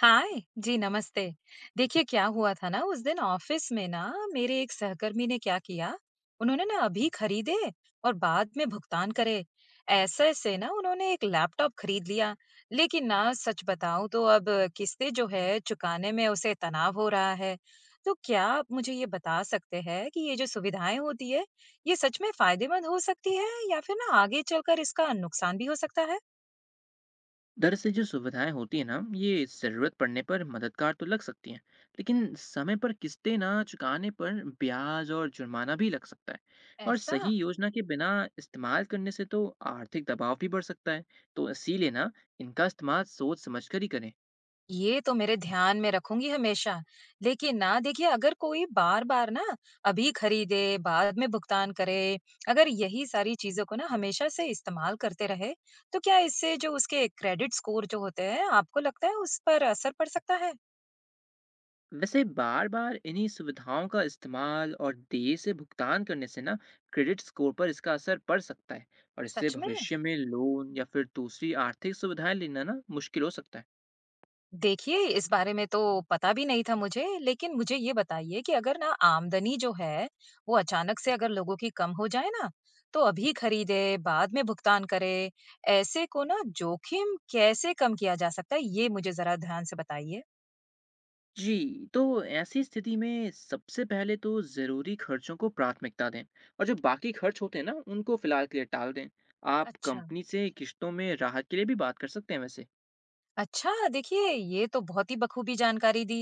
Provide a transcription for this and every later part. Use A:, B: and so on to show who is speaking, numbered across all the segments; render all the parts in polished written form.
A: हाय। जी नमस्ते। देखिए, क्या हुआ था ना उस दिन ऑफिस में ना, मेरे एक सहकर्मी ने क्या किया, उन्होंने ना अभी खरीदे और बाद में भुगतान करे, ऐसे से ना उन्होंने एक लैपटॉप खरीद लिया। लेकिन ना सच बताऊं तो अब किस्तें जो है चुकाने में उसे तनाव हो रहा है। तो क्या आप मुझे ये बता सकते हैं कि ये जो सुविधाएं होती है, ये सच में फायदेमंद हो सकती है या फिर ना आगे चलकर इसका नुकसान भी हो सकता है?
B: दरअसल जो सुविधाएं होती है ना ये ज़रूरत पड़ने पर मददगार तो लग सकती हैं। लेकिन समय पर किस्तें ना चुकाने पर ब्याज और जुर्माना भी लग सकता है। और
A: ऐसा।
B: सही योजना के बिना इस्तेमाल करने से तो आर्थिक दबाव भी बढ़ सकता है। तो इसीलिए ना इनका इस्तेमाल सोच समझ कर ही करें।
A: ये तो मेरे ध्यान में रखूंगी हमेशा। लेकिन ना देखिए, अगर कोई बार-बार ना अभी खरीदे, बाद में भुगतान करे, अगर यही सारी चीज़ों को ना हमेशा से इस्तेमाल करते रहे, तो क्या इससे जो उसके क्रेडिट स्कोर जो होते हैं, आपको लगता है उस पर असर पड़ सकता है?
B: वैसे बार बार इन्हीं सुविधाओं का इस्तेमाल और देर से भुगतान करने से ना क्रेडिट स्कोर पर इसका असर पड़ सकता है। और इससे
A: सच में?
B: भविष्य में लोन या फिर दूसरी आर्थिक सुविधाएं लेना ना मुश्किल हो सकता है।
A: देखिए, इस बारे में तो पता भी नहीं था मुझे, लेकिन मुझे ये बताइए कि अगर ना आमदनी जो है, वो अचानक से अगर लोगों की कम हो जाए ना, तो अभी खरीदे, बाद में भुगतान करे, ऐसे को ना जोखिम कैसे कम किया जा सकता है? ये मुझे ज़रा ध्यान से बताइए।
B: जी, तो ऐसी स्थिति में सबसे पहले तो ज़रूरी खर्चों को प्राथमिकता दें, और जो बाकी खर्च होते हैं ना, उनको फ़िलहाल के लिए टाल दें। आप
A: अच्छा।
B: कंपनी से किश्तों में राहत के लिए भी बात कर सकते हैं वैसे।
A: अच्छा, देखिए ये तो बहुत ही बखूबी जानकारी दी।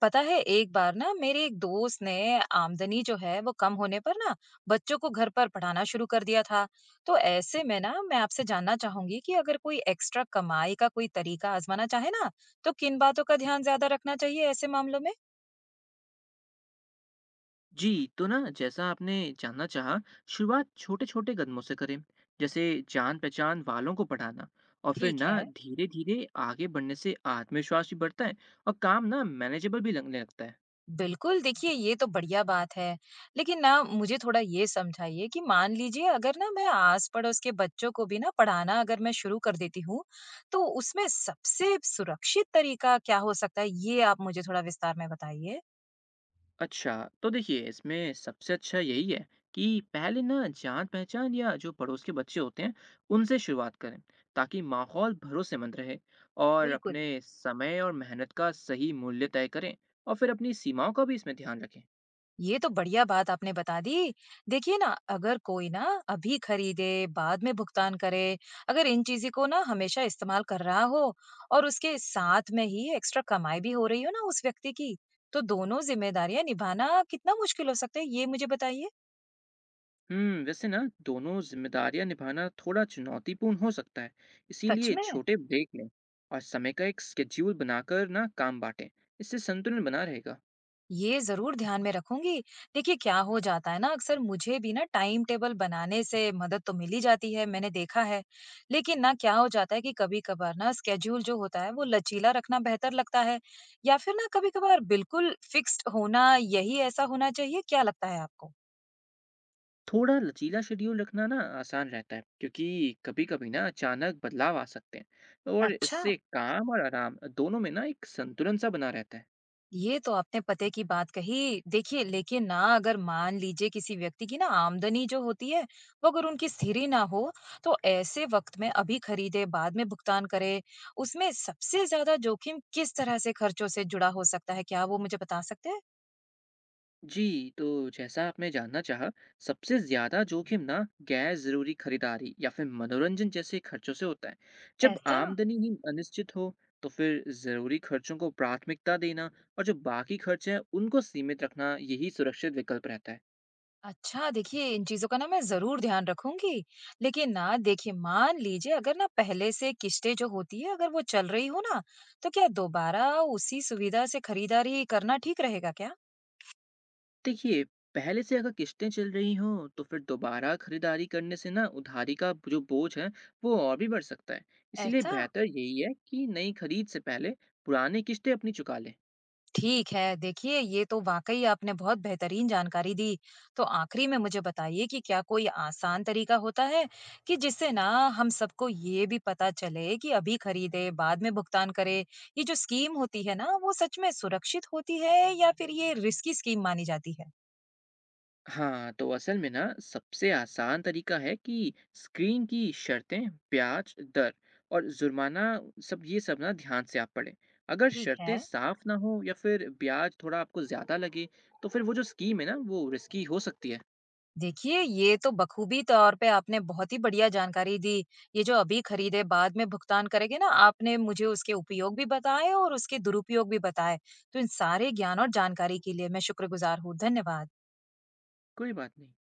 A: पता है, एक बार ना मेरे एक दोस्त ने आमदनी जो है वो कम होने पर ना बच्चों को घर पर पढ़ाना शुरू कर दिया था। तो ऐसे में ना मैं आपसे जानना चाहूंगी कि अगर कोई एक्स्ट्रा कमाई का कोई तरीका आजमाना चाहे ना, तो किन बातों का ध्यान ज्यादा रखना चाहिए ऐसे मामलों में?
B: जी, तो ना जैसा आपने जानना चाहा, शुरुआत छोटे-छोटे कदमों से करें, जैसे जान-पहचान वालों को पढ़ाना। और फिर
A: ठीक
B: ना
A: है।
B: धीरे-धीरे आगे बढ़ने से आत्मविश्वास भी बढ़ता है और काम ना मैनेजेबल भी लगने लगता है।
A: बिल्कुल, देखिए ये तो बढ़िया बात है। लेकिन ना मुझे थोड़ा ये समझाइए कि मान लीजिए अगर ना मैं आस-पड़ोस के बच्चों को भी ना पढ़ाना अगर मैं शुरू कर देती हूँ, तो उसमें सबसे सुरक्षित तरीका क्या हो सकता है? ये आप मुझे थोड़ा विस्तार में बताइए।
B: अच्छा, तो देखिए इसमें सबसे अच्छा यही है कि पहले ना जान पहचान या जो पड़ोस के बच्चे होते हैं उनसे शुरुआत करें, ताकि माहौल भरोसेमंद रहे और
A: बिल्कुल।
B: अपने समय और मेहनत का सही मूल्य तय करें। और फिर अपनी सीमाओं का भी इसमें ध्यान रखें।
A: ये तो बढ़िया बात आपने बता दी। देखिए ना, अगर कोई ना अभी खरीदे, बाद में भुगतान करे, अगर इन चीज़ों को ना हमेशा इस्तेमाल कर रहा हो और उसके साथ में ही एक्स्ट्रा कमाई भी हो रही हो ना उस व्यक्ति की, तो दोनों ज़िम्मेदारियाँ निभाना कितना मुश्किल हो सकता है, ये मुझे बताइए?
B: हम्म, वैसे ना दोनों जिम्मेदारियां निभाना थोड़ा चुनौतीपूर्ण हो सकता है।
A: सच
B: इसीलिए
A: में?
B: छोटे ब्रेक लें और समय का एक स्केड्यूल बनाकर ना काम बांटें। इससे संतुलन बना रहेगा।
A: ये ज़रूर ध्यान में रखूँगी। देखिए, क्या हो जाता है ना, अक्सर मुझे भी ना टाइम टेबल बनाने से मदद तो मिल ही जाती है, मैंने देखा है। लेकिन ना क्या हो जाता है कि कभी-कभार ना स्केड्यूल जो होता है वो लचीला रखना बेहतर लगता है, या फिर ना कभी-कभार बिल्कुल फ़िक्स्ड होना यही ऐसा होना चाहिए, क्या लगता है आपको?
B: थोड़ा लचीला शेड्यूल रखना ना आसान रहता है, क्योंकि कभी-कभी ना अचानक बदलाव आ सकते हैं, और
A: अच्छा।
B: इससे काम और आराम दोनों में ना एक संतुलन सा बना रहता है।
A: ये तो आपने पते की बात कही। देखिए, लेकिन ना अगर मान लीजिए किसी व्यक्ति की ना आमदनी जो होती है, वो अगर उनकी स्थिर ही ना हो, तो ऐसे वक़्त में अभी खरीदे, बाद में भुगतान करे, उसमें सबसे ज़्यादा जोखिम किस तरह से खर्चों से जुड़ा हो सकता है? क्या वो मुझे बता सकते हैं?
B: जी, तो जैसा आपने जानना चाहा, सबसे ज़्यादा जोखिम ना गैर ज़रूरी खरीदारी या फिर मनोरंजन जैसे खर्चों से होता है, जब
A: ऐसा।
B: आमदनी ही अनिश्चित हो। तो फिर ज़रूरी खर्चों को प्राथमिकता देना और जो बाकी खर्चे हैं उनको सीमित रखना यही सुरक्षित विकल्प रहता है।
A: अच्छा, देखिए इन चीज़ों का ना मैं ज़रूर ध्यान रखूँगी। लेकिन ना देखिए, मान लीजिए अगर ना पहले से किश्तें जो होती है अगर वो चल रही हो ना, तो क्या दोबारा उसी सुविधा से खरीदारी करना ठीक रहेगा क्या?
B: देखिए, पहले से अगर किस्तें चल रही हों तो फिर दोबारा खरीदारी करने से ना उधारी का जो बोझ है वो और भी बढ़ सकता है। इसीलिए
A: ऐसा?
B: बेहतर यही है कि नई खरीद से पहले पुरानी किस्तें अपनी चुका लें।
A: ठीक है, देखिए ये तो वाक़ई आपने बहुत बेहतरीन जानकारी दी। तो आखिरी में मुझे बताइए कि क्या कोई आसान तरीका होता है कि जिससे ना हम सबको ये भी पता चले कि अभी खरीदें, बाद में भुगतान करें? ये जो स्कीम होती है ना, वो सच में सुरक्षित होती है या फिर ये रिस्की स्कीम मानी जाती है?
B: हाँ, तो असल में ना सबसे आसान तरीका है कि स्क्रीन की शर्तें, ब्याज दर, और जुर्माना, सब ये सब ना ध्यान से आप पढ़ें। अगर
A: ठीक है।
B: शर्तें साफ ना हो या फिर ब्याज थोड़ा आपको ज़्यादा लगे तो फिर वो जो स्कीम है ना वो रिस्की हो सकती है।
A: देखिए, ये तो बखूबी तौर पे आपने बहुत ही बढ़िया जानकारी दी। ये जो अभी खरीदें बाद में भुगतान करेंगे ना, आपने मुझे उसके उपयोग भी बताए और उसके दुरुपयोग भी बताए। तो इन सारे ज्ञान और जानकारी के लिए मैं शुक्रगुज़ार हूँ। धन्यवाद।
B: कोई बात नहीं।